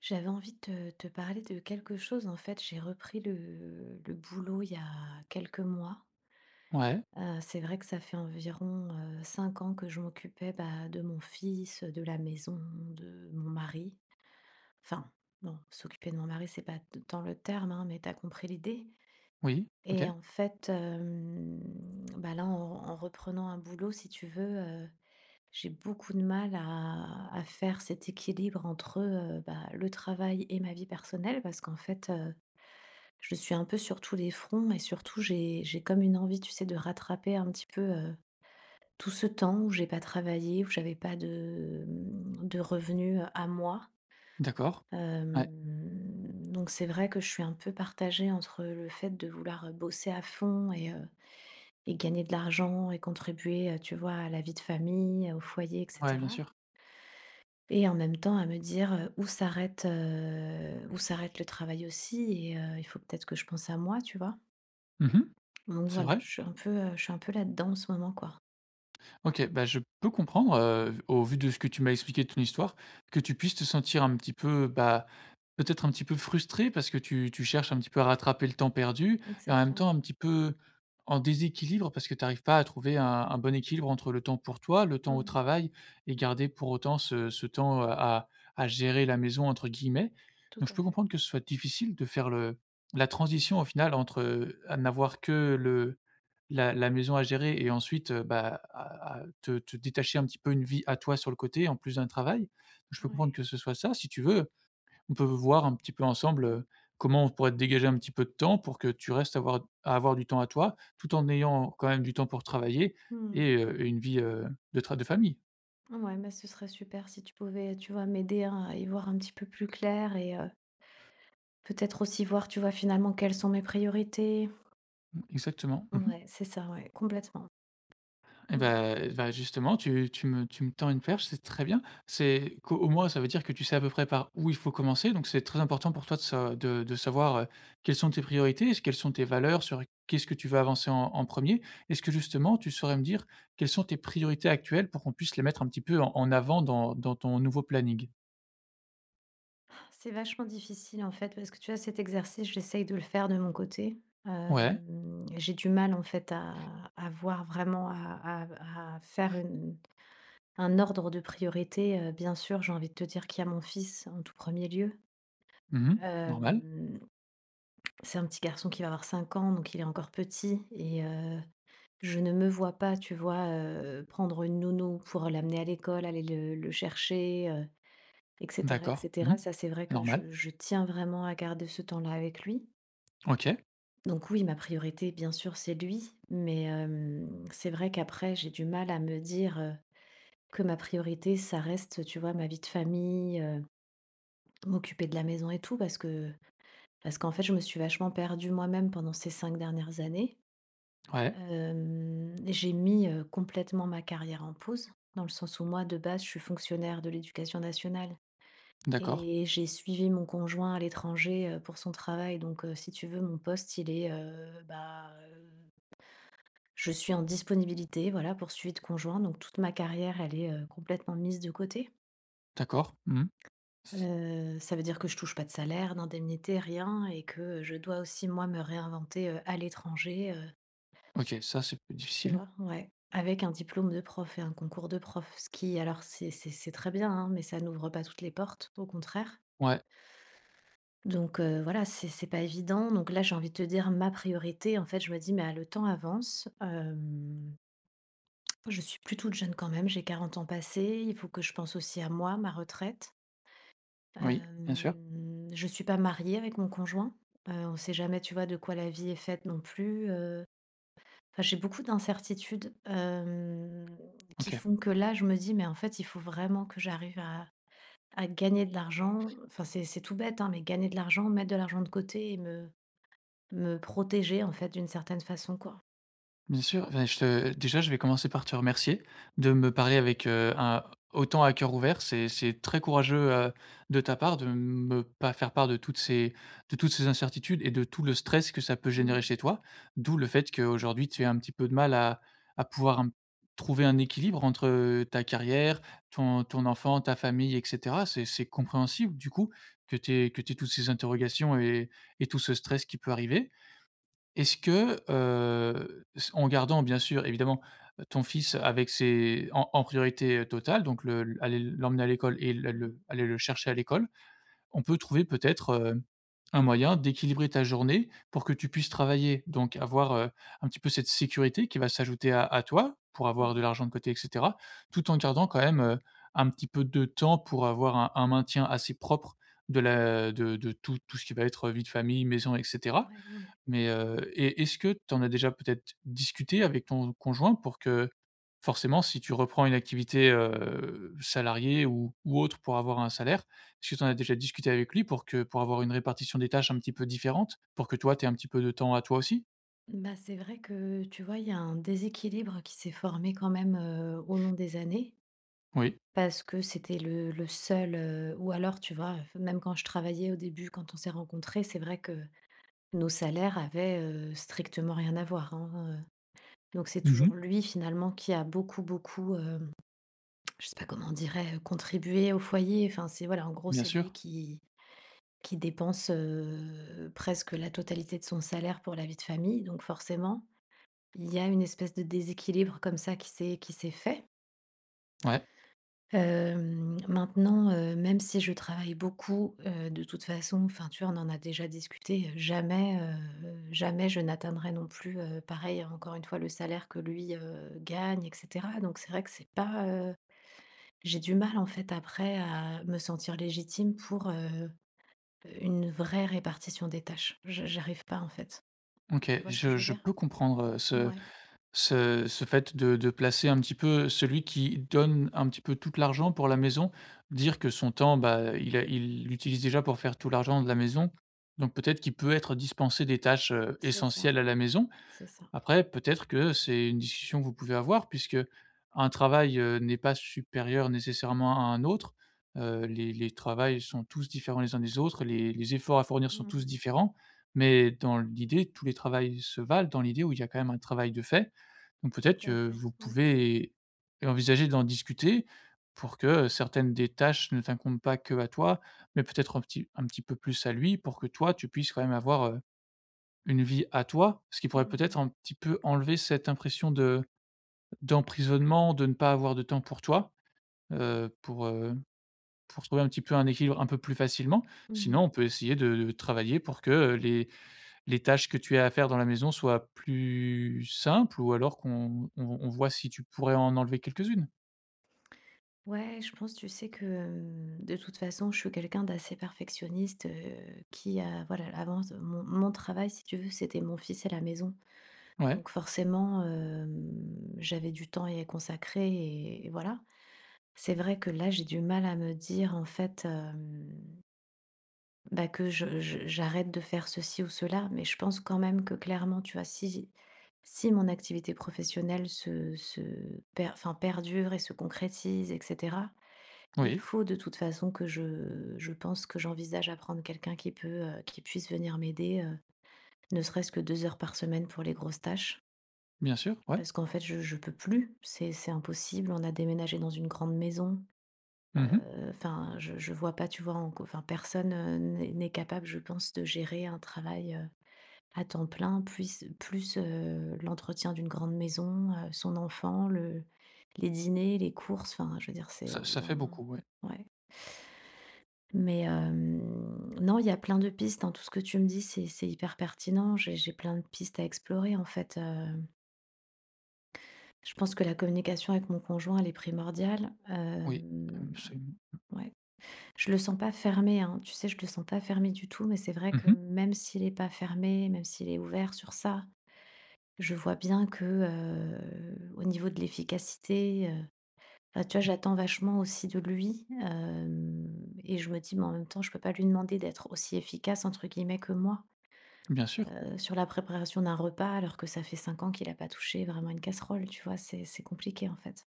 J'avais envie de te parler de quelque chose. En fait, j'ai repris le boulot il y a quelques mois. Ouais, C'est vrai que ça fait environ 5 ans que je m'occupais, bah, de mon fils, de la maison, de mon mari. Enfin, non, s'occuper de mon mari, c'est pas t tant le terme, hein, mais t'as compris l'idée. oui, Et OK, en fait, bah, là, en reprenant un boulot, si tu veux, j'ai beaucoup de mal à faire cet équilibre entre bah, le travail et ma vie personnelle parce qu'en fait, je suis un peu sur tous les fronts. Et surtout, j'ai comme une envie, tu sais, de rattraper un petit peu tout ce temps où j'ai pas travaillé, où j'avais pas de revenus à moi. d'accord. Euh, Ouais, donc c'est vrai que je suis un peu partagée entre le fait de vouloir bosser à fond et gagner de l'argent et contribuer, tu vois, à la vie de famille, au foyer, ouais, bien etc. sûr. Et en même temps à me dire, où s'arrête le travail aussi. Et il faut peut-être que je pense à moi, tu vois? Mmh, Donc c'est voilà, vrai. je suis un peu, je suis un peu là-dedans en ce moment, quoi. OK, bah, je peux comprendre, au vu de ce que tu m'as expliqué de ton histoire, que tu puisses te sentir un petit peu, bah, peut-être un petit peu frustré parce que tu cherches un petit peu à rattraper le temps perdu et en même temps Exactement. un petit peu en déséquilibre parce que tu n'arrives pas à trouver un bon équilibre entre le temps pour toi, le temps au Mmh. travail et garder pour autant ce temps, à «gérer la maison» entre guillemets. Tout Donc je à peux fait. comprendre que ce soit difficile de faire le la transition au final entre, à n'avoir que le la maison à gérer et ensuite, bah, à te détacher un petit peu une vie à toi sur le côté en plus d'un travail. Je peux comprendre Ouais. que ce soit ça. Si tu veux, on peut voir un petit peu ensemble, comment on pourrait te dégager un petit peu de temps pour que tu restes avoir à avoir du temps à toi, tout en ayant quand même du temps pour travailler Mmh. et une vie, de tra de famille. Ouais, bah, ce serait super si tu pouvais, tu vois, m'aider hein, à y voir un petit peu plus clair. Et peut-être aussi voir, tu vois, finalement, quelles sont mes priorités. Exactement. Mmh. Ouais, c'est ça, ouais, complètement. Et Mmh. ben, bah, justement, tu me tends une perche, c'est très bien. C'est qu'au au moins, ça veut dire que tu sais à peu près par où il faut commencer, donc c'est très important pour toi de sa de savoir, quelles sont tes priorités, quelles sont tes valeurs, sur qu'est-ce que tu veux avancer en 1. Est-ce que justement, tu saurais me dire quelles sont tes priorités actuelles pour qu'on puisse les mettre un petit peu en avant dans ton nouveau planning? C'est vachement difficile en fait parce que tu vois cet exercice, j'essaye de le faire de mon côté. Ouais. J'ai du mal en fait à voir vraiment, à faire une un ordre de priorité. Bien sûr, j'ai envie de te dire qu'il y a mon fils en tout premier lieu. Mmh. Normal. Hem, c'est un petit garçon qui va avoir 5 ans, donc il est encore petit. Et je ne me vois pas, tu vois, prendre une nounou pour l'amener à l'école, aller le chercher, et cetera et D'accord. Mmh. cetera. Ça, c'est vrai que Normal. je tiens vraiment à garder ce temps-là avec lui. OK. Donc oui, ma priorité, bien sûr, c'est lui, mais, c'est vrai qu'après, j'ai du mal à me dire, que ma priorité, ça reste, tu vois, ma vie de famille, m'occuper de la maison et tout, parce qu'en fait, je me suis vachement perdue moi-même pendant ces 5 dernières années. Ouais. J'ai mis, complètement ma carrière en pause, dans le sens où moi, de base, je suis fonctionnaire de l'éducation nationale. D'accord. Et j'ai suivi mon conjoint à l'étranger, pour son travail. Donc si tu veux mon poste il est, bah, je suis en disponibilité, voilà, pour suivi de conjoint. Donc toute ma carrière, elle est, complètement mise de côté. D'accord. Mmh. Ça veut dire que je touche pas de salaire, d'indemnité, rien, et que je dois aussi moi me réinventer, à l'étranger, OK, ça, c'est plus tu difficile. vois? Ouais. Avec un diplôme de prof et un concours de prof. Ce qui, alors, c'est très bien, hein, mais ça n'ouvre pas toutes les portes, au contraire. Ouais. Donc voilà, c'est pas évident. Donc là, j'ai envie de te dire ma priorité, en fait, je me dis: «Mais ah, le temps avance, je suis plus toute jeune quand même, j'ai 40 ans passés, il faut que je pense aussi à moi, ma retraite». Oui, bien sûr. Je suis pas mariée avec mon conjoint, on sait jamais, tu vois, de quoi la vie est faite non plus. Enfin, j'ai beaucoup d'incertitudes, qui OK. font que là, je me dis: «Mais en fait, il faut vraiment que j'arrive à gagner de l'argent». Enfin, c'est tout bête, hein, mais gagner de l'argent, mettre de l'argent de côté et me protéger, en fait, d'une certaine façon, quoi. Bien sûr, enfin, je vais commencer par te remercier de me parler avec, un autant à cœur ouvert. C'est très courageux, de ta part de me pas faire part de toutes ces incertitudes et de tout le stress que ça peut générer Mmh. chez toi. D'où le fait qu'aujourd'hui tu aies un petit peu de mal à pouvoir un trouver un équilibre entre, ta carrière, ton enfant, ta famille et cetera. C'est compréhensible du coup que tu aies que tu toutes ces interrogations et tout ce stress qui peut arriver. Est-ce que, en gardant bien sûr évidemment, ton fils avec ses en priorité, totale, donc le aller l'emmener à l'école et Mmh mh. le aller le chercher à l'école, on peut trouver peut-être, un moyen d'équilibrer ta journée pour que tu puisses travailler, donc avoir, un petit peu cette sécurité qui va s'ajouter à toi, pour avoir de Mmh. l'argent de côté et cetera, tout en gardant quand même, un petit peu de temps pour avoir un maintien assez propre de la de tout tout ce qui va être vie de famille, maison, etc. Ouais, ouais. Mais, et est-ce que tu en as déjà peut-être discuté avec ton conjoint pour que, forcément, si tu reprends une activité, salariée ou autre pour avoir un salaire, est-ce que tu en as déjà discuté avec lui pour avoir une répartition des tâches un petit peu différente? Pour que toi, tu aies un petit peu de temps à toi aussi? Bah, c'est vrai que, tu vois, il y a un déséquilibre qui s'est formé quand même, au long des années, Oui. parce que c'était le seul. Ou alors, tu vois, même quand je travaillais au début, quand on s'est rencontrés, c'est vrai que nos salaires avaient, strictement rien à voir, hein. Donc c'est toujours Mmh. lui, finalement, qui a beaucoup, beaucoup, je sais pas comment on dirait, contribué au foyer. Enfin, c'est voilà, en gros, Bien c'est lui sûr. qui dépense, presque la totalité de son salaire pour la vie de famille. Donc forcément, il y a une espèce de déséquilibre comme ça qui s'est fait. Ouais. Maintenant, même si je travaille beaucoup, de toute façon, enfin, tu vois, on en a déjà discuté, jamais je n'atteindrai non plus, pareil, encore une fois, le salaire que lui, gagne, et cetera. Donc c'est vrai que c'est pas, j'ai du mal, en fait, après, à me sentir légitime pour, une vraie répartition des tâches. J'arrive pas, en fait. OK. Tu vois ce que je veux Je dire? peux comprendre, Ouais, ce fait de placer un petit peu celui qui donne un petit peu tout l'argent pour la maison, dire que son temps, bah, il l'utilise déjà pour faire tout l'argent de la maison, donc peut-être qu'il peut être dispensé des tâches, c'est ça, essentielles à la maison. c'est ça. Après, peut-être que c'est une discussion que vous pouvez avoir puisque un travail, n'est pas supérieur nécessairement à un autre. Les les travails sont tous différents les uns des autres, les efforts à fournir sont Mmh. tous différents, mais dans l'idée, tous les travails se valent, dans l'idée où il y a quand même un travail de fait, donc Tout peut-être à que fait, vous ouais. pouvez envisager d'en discuter pour que certaines des tâches ne t'incombent pas que à toi, mais peut-être un petit peu plus à lui pour que toi, tu puisses quand même avoir, une vie à toi. Ce qui Mmh pourrait peut-être un mh. petit peu enlever cette impression de d'emprisonnement, de ne pas avoir de temps pour toi, heu, pour, heu, pour trouver un petit peu un équilibre un peu plus facilement. Sinon, Mmh. on peut essayer de travailler pour que les les tâches que tu as à faire dans la maison soient plus simples ou alors qu'on on voit si tu pourrais en enlever quelques-unes. Ouais, je pense, tu sais, que, de toute façon, je suis quelqu'un d'assez perfectionniste, qui a voilà, avant mon travail, si tu veux, c'était mon fils à la maison. Ouais, Donc forcément, j'avais du temps à y consacrer, et voilà. C'est vrai que là, j'ai du mal à me dire, en fait, bah, que je j'arrête de faire ceci ou cela, mais je pense quand même que clairement, tu vois, si mon activité professionnelle se se per enfin, perdure et se concrétise et cetera, il oui, faut de toute façon que je pense que j'envisage à prendre quelqu'un qui puisse venir m'aider, ne serait-ce que 2 heures par semaine pour les grosses tâches. bien sûr, ouais. Parce qu'en fait, je peux plus, c'est impossible. On a déménagé dans une grande maison. Heu, Mmh. enfin, je je vois pas, tu vois, en co enfin, personne, n'est capable, je pense, de gérer un travail, à temps plein, puisse plus, l'entretien d'une grande maison, son enfant, le les dîners, les courses, enfin, je veux dire, c'est au Ça bout ça d'un fait moment. beaucoup, ouais. Ouais. Mais non, il y a plein de pistes, hein, tout ce que tu me dis, c'est hyper pertinent. J'ai plein de pistes à explorer, en fait, hem. Je pense que la communication avec mon conjoint, elle est primordiale, Oui, absolument. ouais. Je le sens pas fermé, hein. Tu sais, je le sens pas fermé du tout, mais c'est vrai que Mmh. même s'il est pas fermé, même s'il est ouvert sur ça, je vois bien que au niveau de l'efficacité, bah, tu vois, j'attends vachement aussi de lui, et je me dis, mais en même temps, je peux pas lui demander d'être aussi efficace entre guillemets que moi, Bien sûr. Sur la préparation d'un repas, alors que ça fait 5 ans qu'il a pas touché vraiment une casserole. Tu vois, c'est compliqué en fait.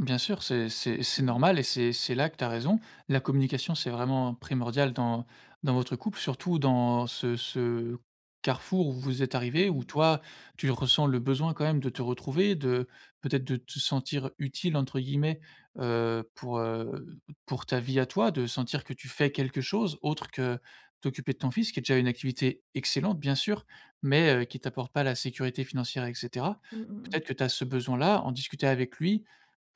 Bien sûr, c'est Mm, normal et c'est là que tu as raison. La communication, c'est vraiment primordial dans dans votre couple, surtout dans ce carrefour où vous êtes arrivé où mm, toi, tu ressens le besoin quand même de te retrouver, de peut-être de te sentir «utile» entre guillemets, heu, pour, heu, pour ta vie à toi, de sentir que tu fais quelque chose autre que t'occuper de ton fils, qui est déjà une activité excellente bien sûr, mais, qui t'apporte pas la sécurité financière et cetera. mm, mm, mm. Peut-être que tu as ce besoin-là, en discuter avec lui.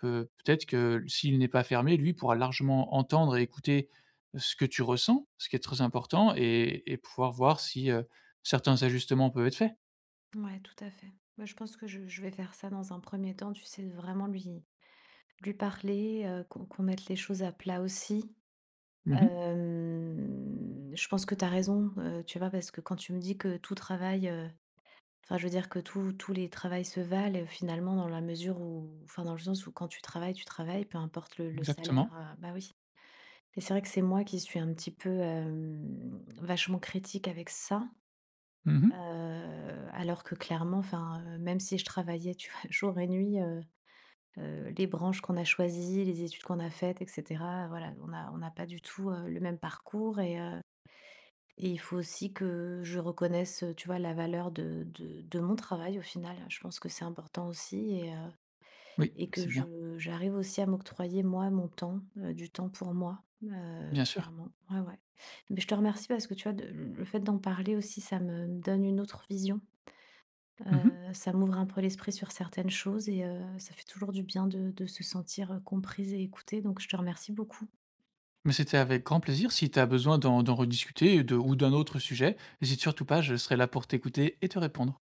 Peut-être que s'il n'est pas fermé, lui pourra largement entendre et écouter ce que tu ressens, ce qui est très important et pouvoir voir si, certains ajustements peuvent être faits. Ouais, tout à fait. Moi, je pense que je vais faire ça dans un premier temps, tu sais, de vraiment lui parler, qu'on mette les choses à plat aussi. Mmh. Je pense que tu as raison, tu vois, parce que quand tu me dis que tout travail, enfin, je veux dire que tous les travails se valent, finalement, dans la mesure où, enfin, dans le sens où quand tu travailles, peu importe le salaire, Exactement. Bah oui. Et c'est vrai que c'est moi qui suis un petit peu vachement critique avec ça. Mmh. Alors que clairement, enfin, même si je travaillais, tu vois, jour et nuit, les branches qu'on a choisies, les études qu'on a faites et cetera, voilà, on n'a pas du tout, le même parcours. Et il faut aussi que je reconnaisse, tu vois, la valeur de mon travail au final. Je pense que c'est important aussi. Et Oui, que c'est bien. je j'arrive aussi à m'octroyer moi mon temps, du temps pour moi, Bien sûr. clairement. Ouais, ouais. Mais je te remercie parce que tu vois, de le fait d'en parler aussi, ça me donne une autre vision. Mmh. Ça m'ouvre un peu l'esprit sur certaines choses et ça fait toujours du bien de se sentir, comprise et écoutée, donc je te remercie beaucoup. Mais c'était avec grand plaisir. Si tu as besoin d'en rediscuter de ou d'un autre sujet, n'hésite surtout pas, je serai là pour t'écouter et te répondre.